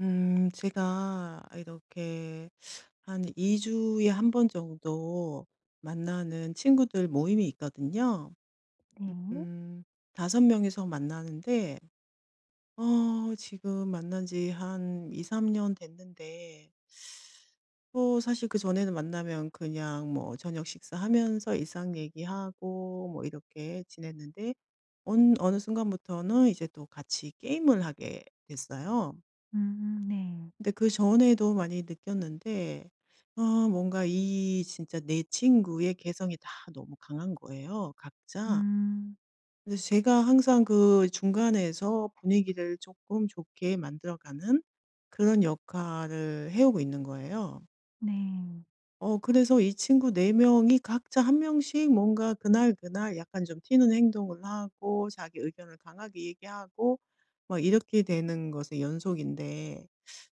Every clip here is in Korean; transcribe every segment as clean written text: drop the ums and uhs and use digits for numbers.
제가 이렇게 한 2주에 한 번 정도 만나는 친구들 모임이 있거든요. 네. 음, 다섯 명이서 만나는데, 지금 만난 지 한 2, 3년 됐는데, 또 사실 그 전에는 만나면 그냥 뭐 저녁 식사하면서 일상 얘기하고 뭐 이렇게 지냈는데, 어느 순간부터는 이제 또 같이 게임을 하게 됐어요. 네. 근데 그전에도 많이 느꼈는데 어 뭔가 이 진짜 내 친구의 개성이 다 너무 강한 거예요 각자. 음 그래서 제가 항상 그 중간에서 분위기를 조금 좋게 만들어 가는 그런 역할을 해 오고 있는 거예요. 네. 그래서 이 친구 4 명이 각자 한 명씩 뭔가 그날 그날 약간 좀 튀는 행동을 하고 자기 의견을 강하게 얘기하고 막 이렇게 되는 것의 연속인데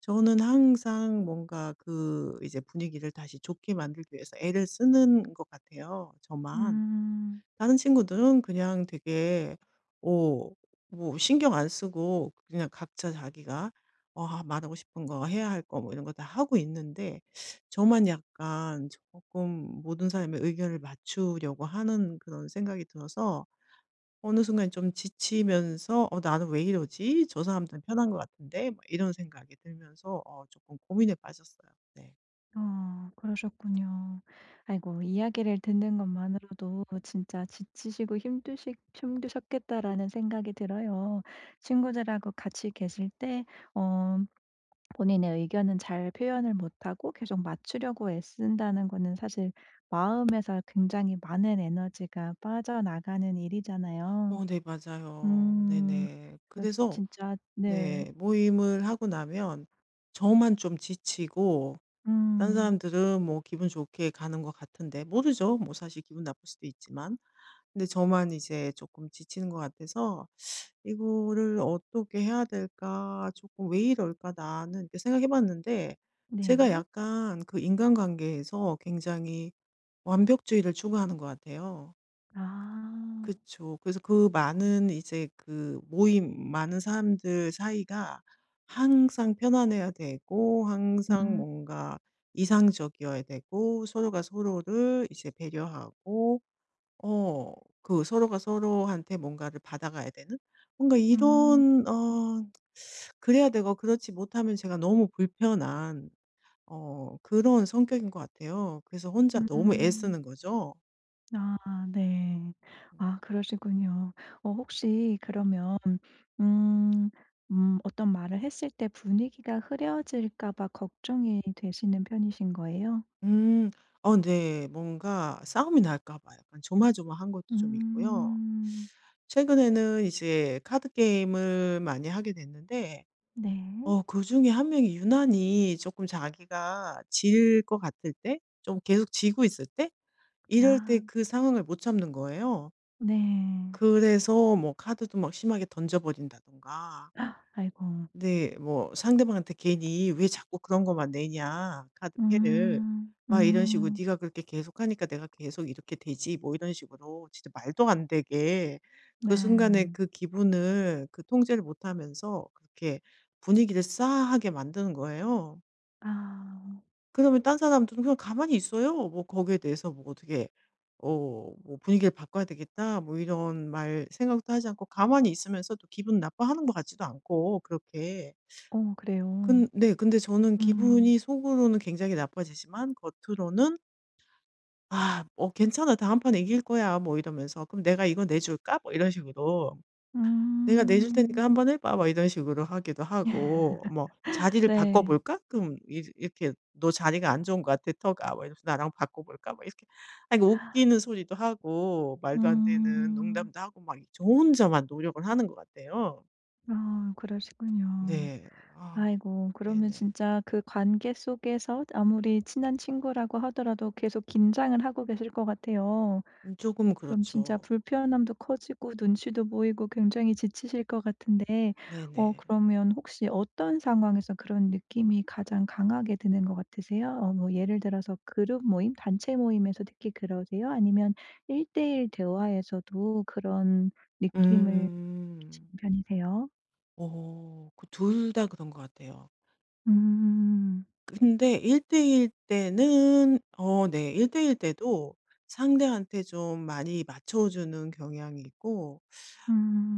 저는 항상 뭔가 그 이제 분위기를 다시 좋게 만들기 위해서 애를 쓰는 것 같아요, 저만. 음. 다른 친구들은 그냥 되게 오 뭐 신경 안 쓰고 그냥 각자 자기가 말하고 싶은 거 해야 할 거 뭐 이런 거 다 하고 있는데 저만 약간 조금 모든 사람의 의견을 맞추려고 하는 그런 생각이 들어서 어느 순간 좀 지치면서 '어 나는 왜 이러지? 저 사람들은 편한 것 같은데.' 막 이런 생각이 들면서 어금 고민에 빠졌어요. 네. 어 그러셨군요. 아이고 이야기를 듣는 것만으로도 진짜 '지치시고 힘드시 힘드셨겠다.'라는 생각이 들어요. 친구들하고 같이 계실 때 어 본인의 의견은 잘 표현을 못하고 계속 맞추려고 애쓴다는 거는 사실 마음에서 굉장히 많은 에너지가 빠져나가는 일이잖아요. 네 맞아요. 음. 네네. 그래서 그래서 진짜 네. 네. 모임을 하고 나면 저만 좀 지치고 딴 음. 사람들은 뭐 기분 좋게 가는 것 같은데 모르죠. 뭐 사실 기분 나쁠 수도 있지만. 근데 저만 이제 조금 지치는 것 같아서 '이거를 어떻게 해야 될까? 조금 왜 이럴까 나는?' 이렇게 생각해 봤는데 제가 네. 약간 그 인간관계에서 굉장히 완벽주의를 추구하는 것 같아요. 아. 그쵸. 그래서 그 많은 이제 그 모임, 많은 사람들 사이가 항상 편안해야 되고 항상 음. 뭔가 이상적이어야 되고 서로가 서로를 이제 배려하고 어 그 서로가 서로한테 뭔가를 받아가야 되는 뭔가 음. 이런 그래야 되고 그렇지 못하면 제가 너무 불편한 그런 성격인 것 같아요. 그래서 혼자 너무 음. 애쓰는 거죠. 아 네. 음. 아 그러시군요. 어 혹시 그러면 음 어떤 말을 했을 때 분위기가 흐려질까 봐 걱정이 되시는 편이신 거예요? 음. 네. 뭔가 싸움이 날까 봐 약간 조마조마한 것도 좀 있고요. 음. 최근에는 이제 카드 게임을 많이 하게 됐는데 네. 그중에 한 명이 유난히 조금 자기가 질 것 같을 때 좀 계속 지고 있을 때 이럴 때 아 그 상황을 못 참는 거예요. 네. 그래서 뭐 카드도 막 심하게 던져 버린다든가 아이고. 아 아이고. 네. 뭐 상대방한테 괜히 "왜 자꾸 그런 것만 내냐 카드패를." 음. 막 이런 식으로 음. "네가 그렇게 계속하니까 내가 계속 이렇게 되지." 뭐 이런 식으로 진짜 말도 안 되게 그 순간에 네. 그 기분을 그 통제를 못 하면서 그렇게 분위기를 싸하게 만드는 거예요. 아. 그러면 딴 사람들은 그냥 가만히 있어요. 뭐 거기에 대해서 뭐 어떻게 뭐 '분위기를 바꿔야 되겠다.' 뭐 이런 말 생각도 하지 않고 가만히 있으면서 또 기분 나빠하는 것 같지도 않고 그렇게. 오 그래요. 근 네. 근데 저는 음. 기분이 속으로는 굉장히 나빠지지만 겉으로는 '아 뭐 괜찮아. 다음 판 이길 거야.' 뭐 이러면서 '그럼 내가 이거 내줄까?' 뭐 이런 식으로 '내가 내줄 테니까 음. 한번 해 봐.' 뭐 이런 식으로 하기도 하고 뭐 "자리를 바꿔 네. 볼까?" 그럼 이 이렇게 "너 자리가 안 좋은 것 같아 터가." 뭐 이러면서 "나랑 바꿔 볼까?" 뭐 이렇게 아이 웃기는 소리도 하고 말도 안 되는 음. 농담도 하고 막 저 혼자만 노력을 하는 것 같아요. 아 그러시군요. 네. 아 아이고 그러면 네네. 진짜 그 관계 속에서 아무리 친한 친구라고 하더라도 계속 긴장을 하고 계실 것 같아요. 조금 그럼 진짜 그렇죠. 불편함도 커지고 눈치도 보이고 굉장히 지치실 것 같은데 어 네네. 그러면 혹시 어떤 상황에서 그런 느낌이 가장 강하게 드는 것 같으세요? 어 뭐 예를 들어서 그룹 모임, 단체 모임에서 특히 그러세요? 아니면 1:1 대화에서도 그런 느낌을 느끼시는 음. 편이세요? 어. 그 둘 다 그런 것 같아요. 음. 근데 1대 1 때는 네 일대일 때도 상대한테 좀 많이 맞춰주는 경향이 있고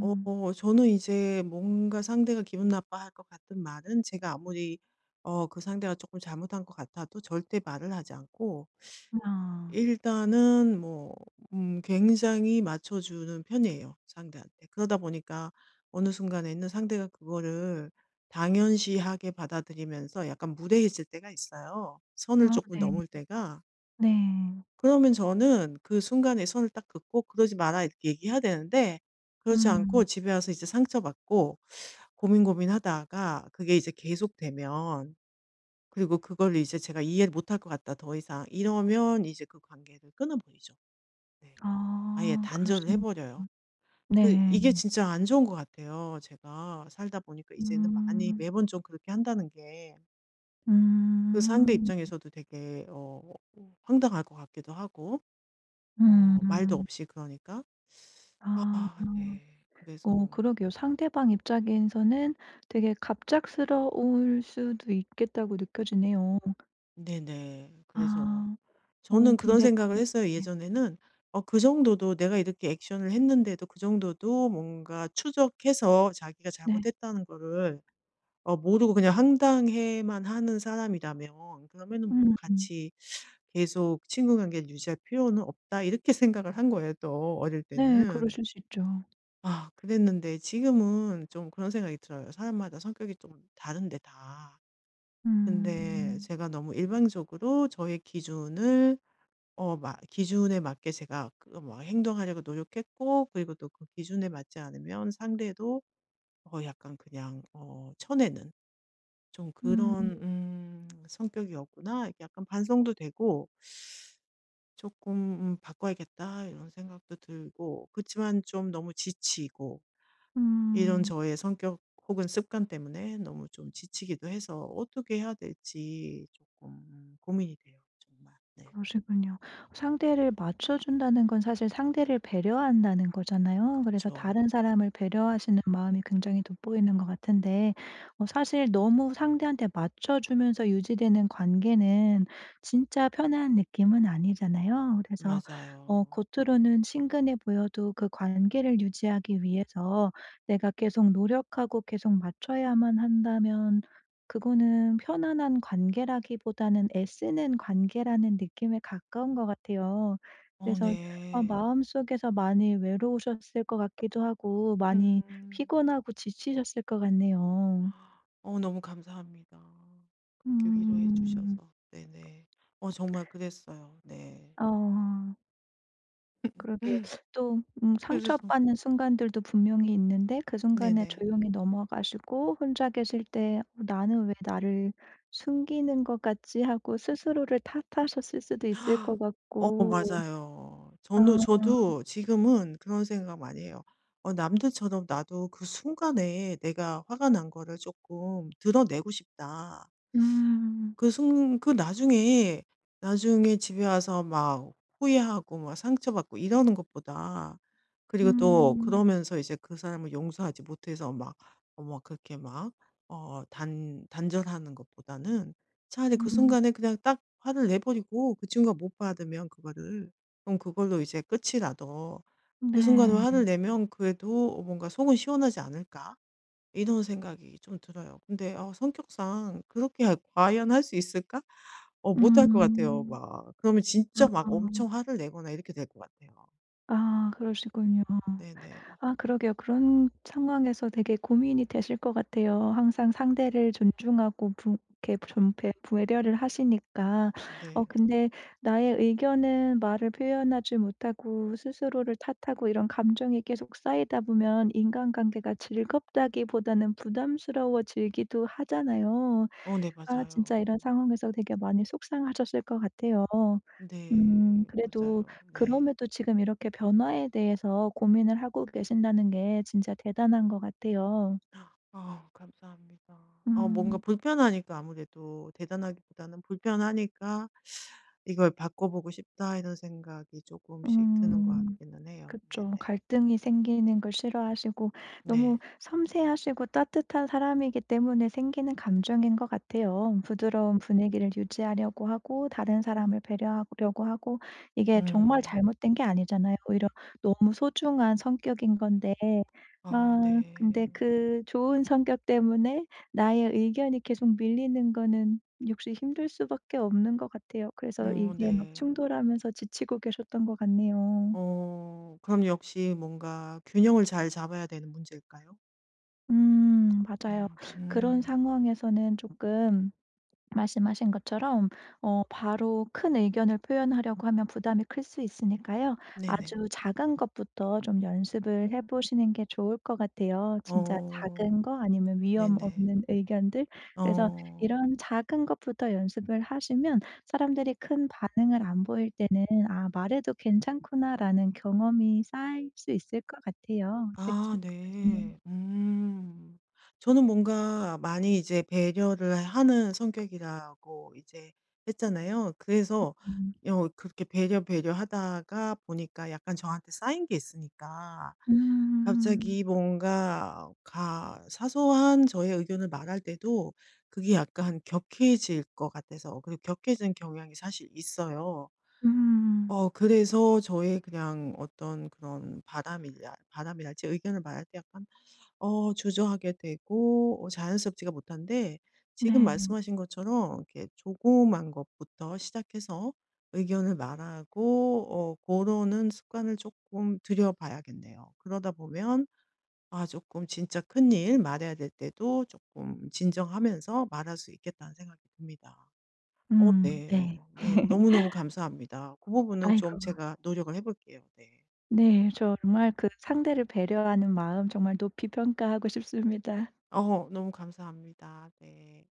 저는 이제 뭔가 상대가 기분 나빠할 것 같은 말은 제가 아무리 그 상대가 조금 잘못한 것 같아도 절대 말을 하지 않고 아. 일단은 뭐 굉장히 맞춰주는 편이에요, 상대한테. 그러다 보니까 어느 순간에는 상대가 그거를 당연시하게 받아들이면서 약간 무례해질 때가 있어요. 선을 아 조금 네. 넘을 때가. 네. 그러면 저는 그 순간에 선을 딱 긋고 "그러지 마라." 이렇게 얘기해야 되는데 그렇지 음. 않고 집에 와서 이제 상처받고 고민 고민하다가 그게 이제 계속되면 그리고 그걸 이제 제가 이해를 못할 것 같다 더 이상. 이러면 이제 그 관계를 끊어버리죠. 네. 아예 아 단절을 해 버려요. 그러시는군요. 그 이게 네. 진짜 안 좋은 것 같아요. 제가 살다 보니까 이제는 많이 음. 매번 좀 그렇게 한다는 게 그 상대 음. 입장에서도 되게 황당할 것 같기도 하고 말도 음. 없이 그러니까. 아 아. 아, 네. 어 그래서 그러게요. 상대방 입장에서는 되게 갑작스러울 수도 있겠다고 느껴지네요. 네네. 그래서 아. 어 저는 그런 근데 생각을 그 했어요 네. 예전에는. 그 정도도 내가 이렇게 액션을 했는데도 그 정도도 뭔가 추적해서 자기가 네. 잘못했다는 거를 모르고 그냥 황당해만 하는 사람이라면 그러면은 뭐 음. '같이 계속 친구 관계를 유지할 필요는 없다.' 이렇게 생각을 한 거예요 또 어릴 네. 때는. 그러실 수 있죠. 아 그랬는데 지금은 좀 그런 생각이 들어요. 사람마다 성격이 좀 다른데 다. 근데 음. 제가 너무 일방적으로 저의 기준을 어 마 기준에 맞게 제가 그막 행동하려고 노력했고 그리고 또 그 기준에 맞지 않으면 상대도 약간 그냥 쳐내는 좀 음. 그런 '성격이었구나.' 이렇게 약간 반성도 되고 조금 '바꿔야겠다.' 이런 생각도 들고 그치만 좀 너무 지치고 이런 음. 저의 성격 혹은 습관 때문에 너무 좀 지치기도 해서 어떻게 해야 될지 조금 고민이 돼요 정말. 네. 그러시군요. 상대를 맞춰준다는 건 사실 상대를 배려한다는 거잖아요. 그래서 그쵸. 다른 사람을 배려하시는 마음이 굉장히 돋보이는 것 같은데, 어, 사실 너무 상대한테 맞춰주면서 유지되는 관계는 진짜 편한 느낌은 아니잖아요. 그래서 어, 맞아요. 겉으로는 친근해 보여도 그 관계를 유지하기 위해서 내가 계속 노력하고 계속 맞춰야만 한다면 그거는 편안한 관계라기보다는 애쓰는 관계라는 느낌에 가까운 것 같아요. 그래서 어 네. 마음속에서 많이 외로우셨을 것 같기도 하고 많이 음. 피곤하고 지치셨을 것 같네요. 너무 감사합니다. 그렇게 위로해 음. 주셔서. 네네. 정말 그랬어요. 네. 어 그러게요. 또 그래서 상처받는 순간들도 분명히 있는데 그 순간에 네네. 조용히 넘어가시고 혼자 계실 때 '어 나는 왜 나를 숨기는 것 같지?' 하고 스스로를 탓하셨을 수도 있을 것 같고 맞아요. 저는 아. 저도 지금은 그런 생각 많이 해요. 남들처럼 나도 그 순간에 내가 화가 난 거를 조금 드러내고 싶다. 음. 그 순 그 나중에 집에 와서 막 후회하고 막 상처받고 이러는 것보다 그리고 또 음. 그러면서 이제 그 사람을 용서하지 못해서 막 막 그렇게 막 단 단절하는 것보다는 차라리 그 음. 순간에 그냥 딱 화를 내 버리고 그 친구가 못 받으면 그거를 그럼 그걸로 이제 끝이라도 그 순간에 네. 화를 내면 그래도 뭔가 속은 시원하지 않을까? 이런 생각이 좀 들어요. 근데 성격상 그렇게 할 과연 할 수 있을까? 못할 것 같아요 음. 막. 그러면 아. 진짜 막 엄청 화를 내거나 이렇게 될 것 같아요. 아 그러시군요. 네네. 아 그러게요. 그런 상황에서 되게 고민이 되실 것 같아요. 항상 상대를 존중하고 부 이렇게 존폐 배려를 하시니까. 어 네. 근데 나의 의견은 말을 표현하지 못하고 스스로를 탓하고 이런 감정이 계속 쌓이다 보면 인간관계가 즐겁다기보다는 부담스러워지기도 하잖아요. 네 아 진짜 맞아요. 이런 상황에서 되게 많이 속상하셨을 것 같아요. 네. 그래도 맞아요. 네. 그럼에도 지금 이렇게 변화에 대해서 고민을 하고 계신다는 게 진짜 대단한 것 같아요. 아 감사합니다. 뭔가 음. 불편하니까 아무래도 대단하기보다는 불편하니까 '이걸 바꿔보고 싶다.' 이런 생각이 조금씩 드는 것 음. 같기는 해요. 그쵸. 네네. 갈등이 생기는 걸 싫어하시고 너무 네. 섬세하시고 따뜻한 사람이기 때문에 생기는 감정인 것 같아요. 부드러운 분위기를 유지하려고 하고 다른 사람을 배려하려고 하고 이게 정말 음. 잘못된 게 아니잖아요. 오히려 너무 소중한 성격인 건데 아 아 근데 네. 그 좋은 성격 때문에 나의 의견이 계속 밀리는 거는 역시 힘들 수밖에 없는 것 같아요. 그래서 이게 막 네. 충돌하면서 지치고 계셨던 것 같네요. 그럼 역시 뭔가 균형을 잘 잡아야 되는 문제일까요? 맞아요. 음. 그런 음. 상황에서는 조금 말씀하신 것처럼 어 바로 큰 의견을 표현하려고 하면 부담이 클 수 있으니까요. 네네. 아주 작은 것부터 좀 연습을 해 보시는 게 좋을 것 같아요. 진짜 어. 작은 거 아니면 위험 네네. 없는 의견들. 그래서 어. 이런 작은 것부터 연습을 하시면 사람들이 큰 반응을 안 보일 때는 '아 말해도 괜찮구나.'라는 경험이 쌓일 수 있을 것 같아요. 어떻게 아 생각하시나요? 네. 음. 저는 뭔가 많이 이제 배려를 하는 성격이라고 이제 했잖아요. 그래서 음. 그렇게 배려하다가 보니까 약간 저한테 쌓인 게 있으니까 음. 갑자기 뭔가 가 사소한 저의 의견을 말할 때도 그게 약간 격해질 것 같아서 그리고 격해진 경향이 사실 있어요. 음. 그래서 저의 그냥 어떤 그런 바람이랄지 의견을 말할 때 약간 주저하게 되고 자연스럽지가 못한데 지금 네. 말씀하신 것처럼 이렇게 조그만 것부터 시작해서 의견을 말하고 고러는 습관을 조금 들여 봐야겠네요. 그러다 보면 아 조금 진짜 큰일 말해야 될 때도 조금 진정하면서 말할 수 있겠다는 생각이 듭니다. 네. 네. 네. 너무너무 감사합니다. 그 부분은 아이고 좀 제가 노력을 해 볼게요. 네. 네. 정말 그 상대를 배려하는 마음 정말 높이 평가하고 싶습니다. 너무 감사합니다. 네.